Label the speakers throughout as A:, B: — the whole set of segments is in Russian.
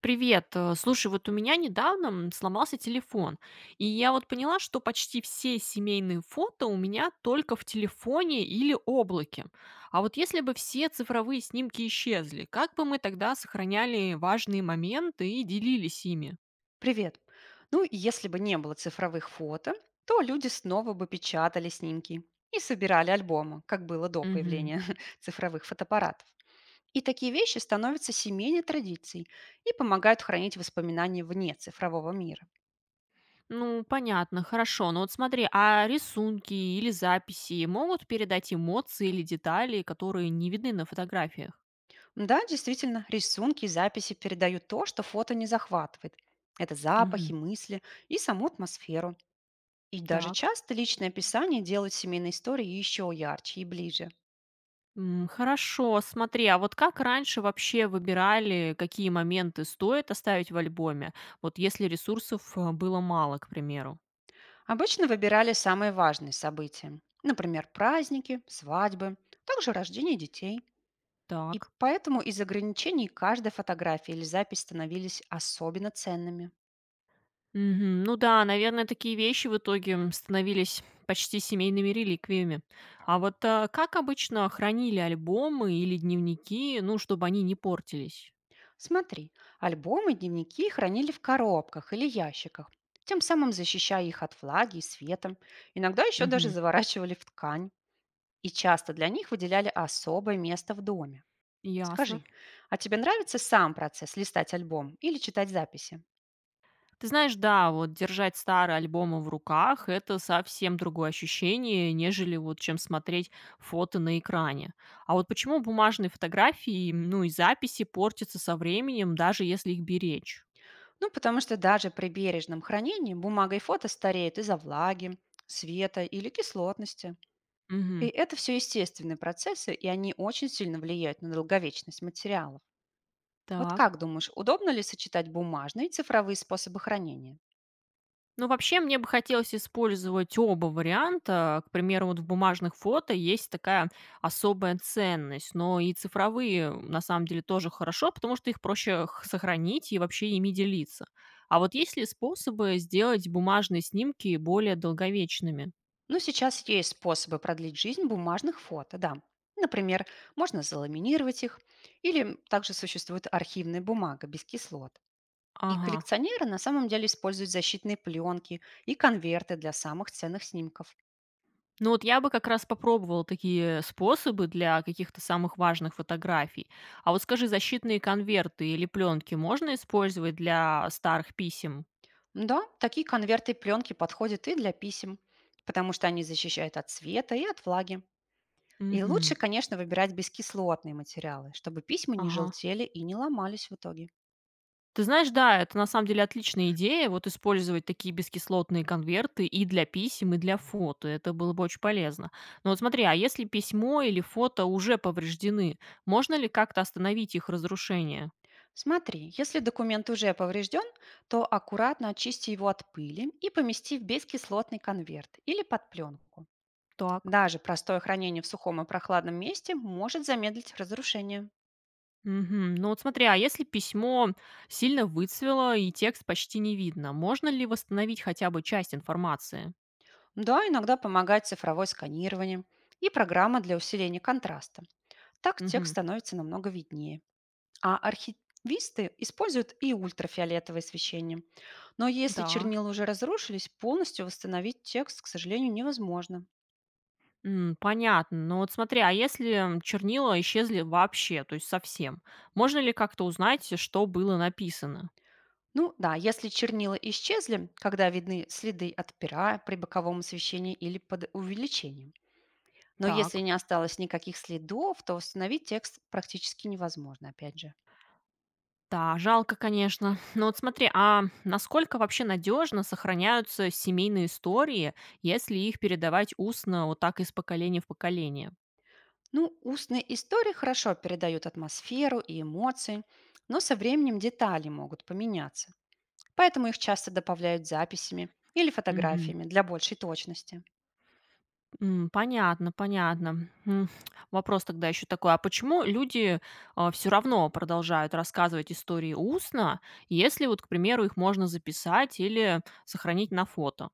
A: Привет. Слушай, вот у меня недавно сломался телефон, и я вот поняла, что почти все семейные фото у меня только в телефоне или облаке. А вот если бы все цифровые снимки исчезли, как бы мы тогда сохраняли важные моменты и делились ими?
B: Привет. Ну, и если бы не было цифровых фото, то люди снова бы печатали снимки и собирали альбомы, как было до
A: Мгм.
B: появления цифровых фотоаппаратов. И такие вещи становятся семейной традицией и помогают хранить воспоминания вне цифрового мира.
A: Ну, понятно, хорошо. Но вот смотри, а рисунки или записи могут передать эмоции или детали, которые не видны на фотографиях?
B: Да, действительно, рисунки и записи передают то, что фото не захватывает. Это запахи,
A: Мгм.
B: мысли и саму атмосферу. И даже
A: Так.
B: часто личное описание делают семейные истории еще ярче и ближе.
A: Хорошо. Смотри, а вот как раньше вообще выбирали, какие моменты стоит оставить в альбоме? Вот если ресурсов, было мало, к примеру.
B: Обычно выбирали самые важные события, например, праздники, свадьбы, также рождение детей. И
A: Так.
B: поэтому из ограничений каждая фотография или запись становились особенно ценными.
A: Мгм. Ну да, наверное, такие вещи в итоге, становились почти семейными реликвиями. А вот, как обычно хранили альбомы или дневники, ну, чтобы они не портились?
B: Смотри, альбомы и дневники хранили в коробках или ящиках, тем самым защищая их от влаги и света. Иногда еще даже
A: Мгм.
B: заворачивали в ткань. И часто для них выделяли особое место в доме.
A: Ясно.
B: Скажи, а тебе нравится сам процесс листать альбом или читать записи?
A: Ты знаешь, да, вот держать старые альбомы в руках — это совсем другое ощущение, нежели вот чем смотреть фото на экране. А вот почему бумажные фотографии, ну и записи портятся со временем, даже если их беречь?
B: Ну, потому что даже при бережном хранении бумага и фото стареют из-за влаги, света или кислотности. И
A: Угу.
B: это все естественные процессы, и они очень сильно влияют на долговечность материалов. Вот
A: Так.
B: как думаешь, удобно ли сочетать бумажные и цифровые способы хранения?
A: Ну, вообще, мне бы хотелось использовать оба варианта. К примеру, вот в бумажных фото есть такая особая ценность, но и цифровые, на самом деле, тоже хорошо, потому что их проще сохранить и вообще ими делиться. А вот есть ли способы сделать бумажные снимки более долговечными?
B: Ну, сейчас есть способы продлить жизнь бумажных фото, да. Например, можно заламинировать их, или также существует архивная бумага без кислот. И
A: Ага.
B: коллекционеры на самом деле используют защитные пленки и конверты для самых ценных снимков.
A: Ну вот я бы как раз попробовала такие способы для каких-то самых важных фотографий. А вот скажи, защитные конверты или пленки можно использовать для старых писем?
B: Да, такие конверты пленки подходят и для писем, потому что они защищают от света и от влаги. И лучше,
A: Угу.
B: конечно, выбирать бескислотные материалы, чтобы письма не
A: Ага.
B: желтели и не ломались в итоге.
A: Ты знаешь, да, это на самом деле отличная идея, вот использовать такие бескислотные конверты и для писем, и для фото. Это было бы очень полезно. Но вот смотри, а если письмо или фото уже повреждены, можно ли как-то остановить их разрушение?
B: Смотри, если документ уже поврежден, то аккуратно очисти его от пыли и помести в бескислотный конверт или под пленку.
A: Так.
B: Даже простое хранение в сухом и прохладном месте может замедлить разрушение.
A: Мгм. Ну вот смотри, а если письмо сильно выцвело и текст почти не видно, можно ли восстановить хотя бы часть информации?
B: Да, иногда помогает цифровое сканирование и программа для усиления контраста. Так текст
A: Мгм.
B: становится намного виднее. А архивисты используют и ультрафиолетовое освещение. Но если
A: Да.
B: чернила уже разрушились, полностью восстановить текст, к сожалению, невозможно.
A: Понятно. Но вот смотри, а если, чернила исчезли вообще, то есть совсем, можно ли как-то узнать, что было написано?
B: Ну да, если чернила исчезли, когда видны следы от пера при боковом освещении или под увеличением. Но если
A: Так.
B: не осталось никаких следов, то восстановить текст практически невозможно, опять же.
A: Да, жалко, конечно. Но вот смотри, а насколько вообще надежно сохраняются семейные истории, если их передавать устно вот так из поколения в поколение?
B: Ну, устные истории хорошо передают атмосферу и эмоции, но со временем детали могут поменяться. Поэтому их часто добавляют записями или фотографиями для большей точности.
A: Понятно, понятно. Вопрос тогда еще такой: а почему люди, все равно продолжают рассказывать истории устно, если вот, к примеру, их можно записать или сохранить на фото?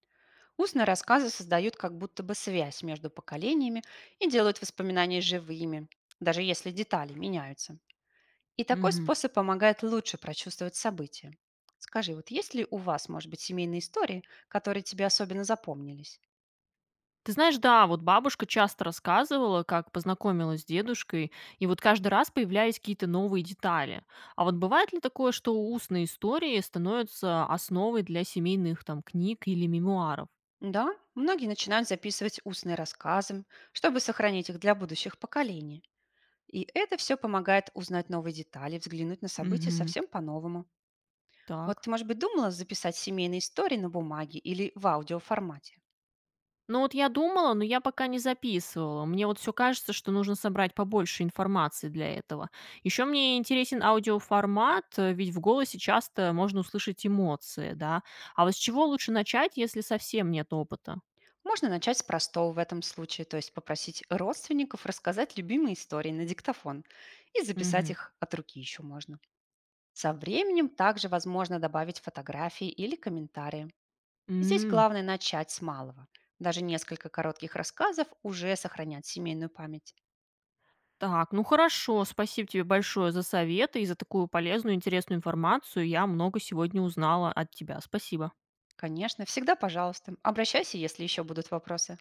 B: Устные рассказы создают как будто бы связь между поколениями и делают воспоминания живыми, даже если детали меняются. И такой
A: Мгм.
B: способ помогает лучше прочувствовать события. Скажи, вот есть ли у вас, может быть, семейные истории, которые тебе особенно запомнились?
A: Ты знаешь, да, вот бабушка часто рассказывала, как познакомилась с дедушкой, и вот каждый раз появлялись какие-то новые детали. А вот бывает ли такое, что устные истории становятся основой для семейных там книг или мемуаров?
B: Да, многие начинают записывать устные рассказы, чтобы сохранить их для будущих поколений. И это все помогает узнать новые детали, взглянуть на события
A: Мгм.
B: совсем по-новому. Вот
A: Так.
B: ты, может быть, думала записать семейные истории на бумаге или в аудиоформате?
A: Ну вот я думала, но я пока не записывала. Мне вот все кажется, что нужно собрать побольше информации для этого. Еще мне интересен аудиоформат, ведь в голосе часто можно услышать эмоции, да. А вот с чего лучше начать, если совсем нет опыта?
B: Можно начать с простого в этом случае, то есть попросить родственников рассказать любимые истории на диктофон и записать
A: Мгм.
B: их от руки еще можно. Со временем также возможно добавить фотографии или комментарии. Здесь
A: М.
B: главное начать с малого. Даже несколько коротких рассказов уже сохранят семейную память.
A: Так, ну хорошо, спасибо тебе большое за советы и за такую полезную, интересную информацию. Я много сегодня узнала от тебя. Спасибо.
B: Конечно, всегда пожалуйста. Обращайся, если еще будут вопросы.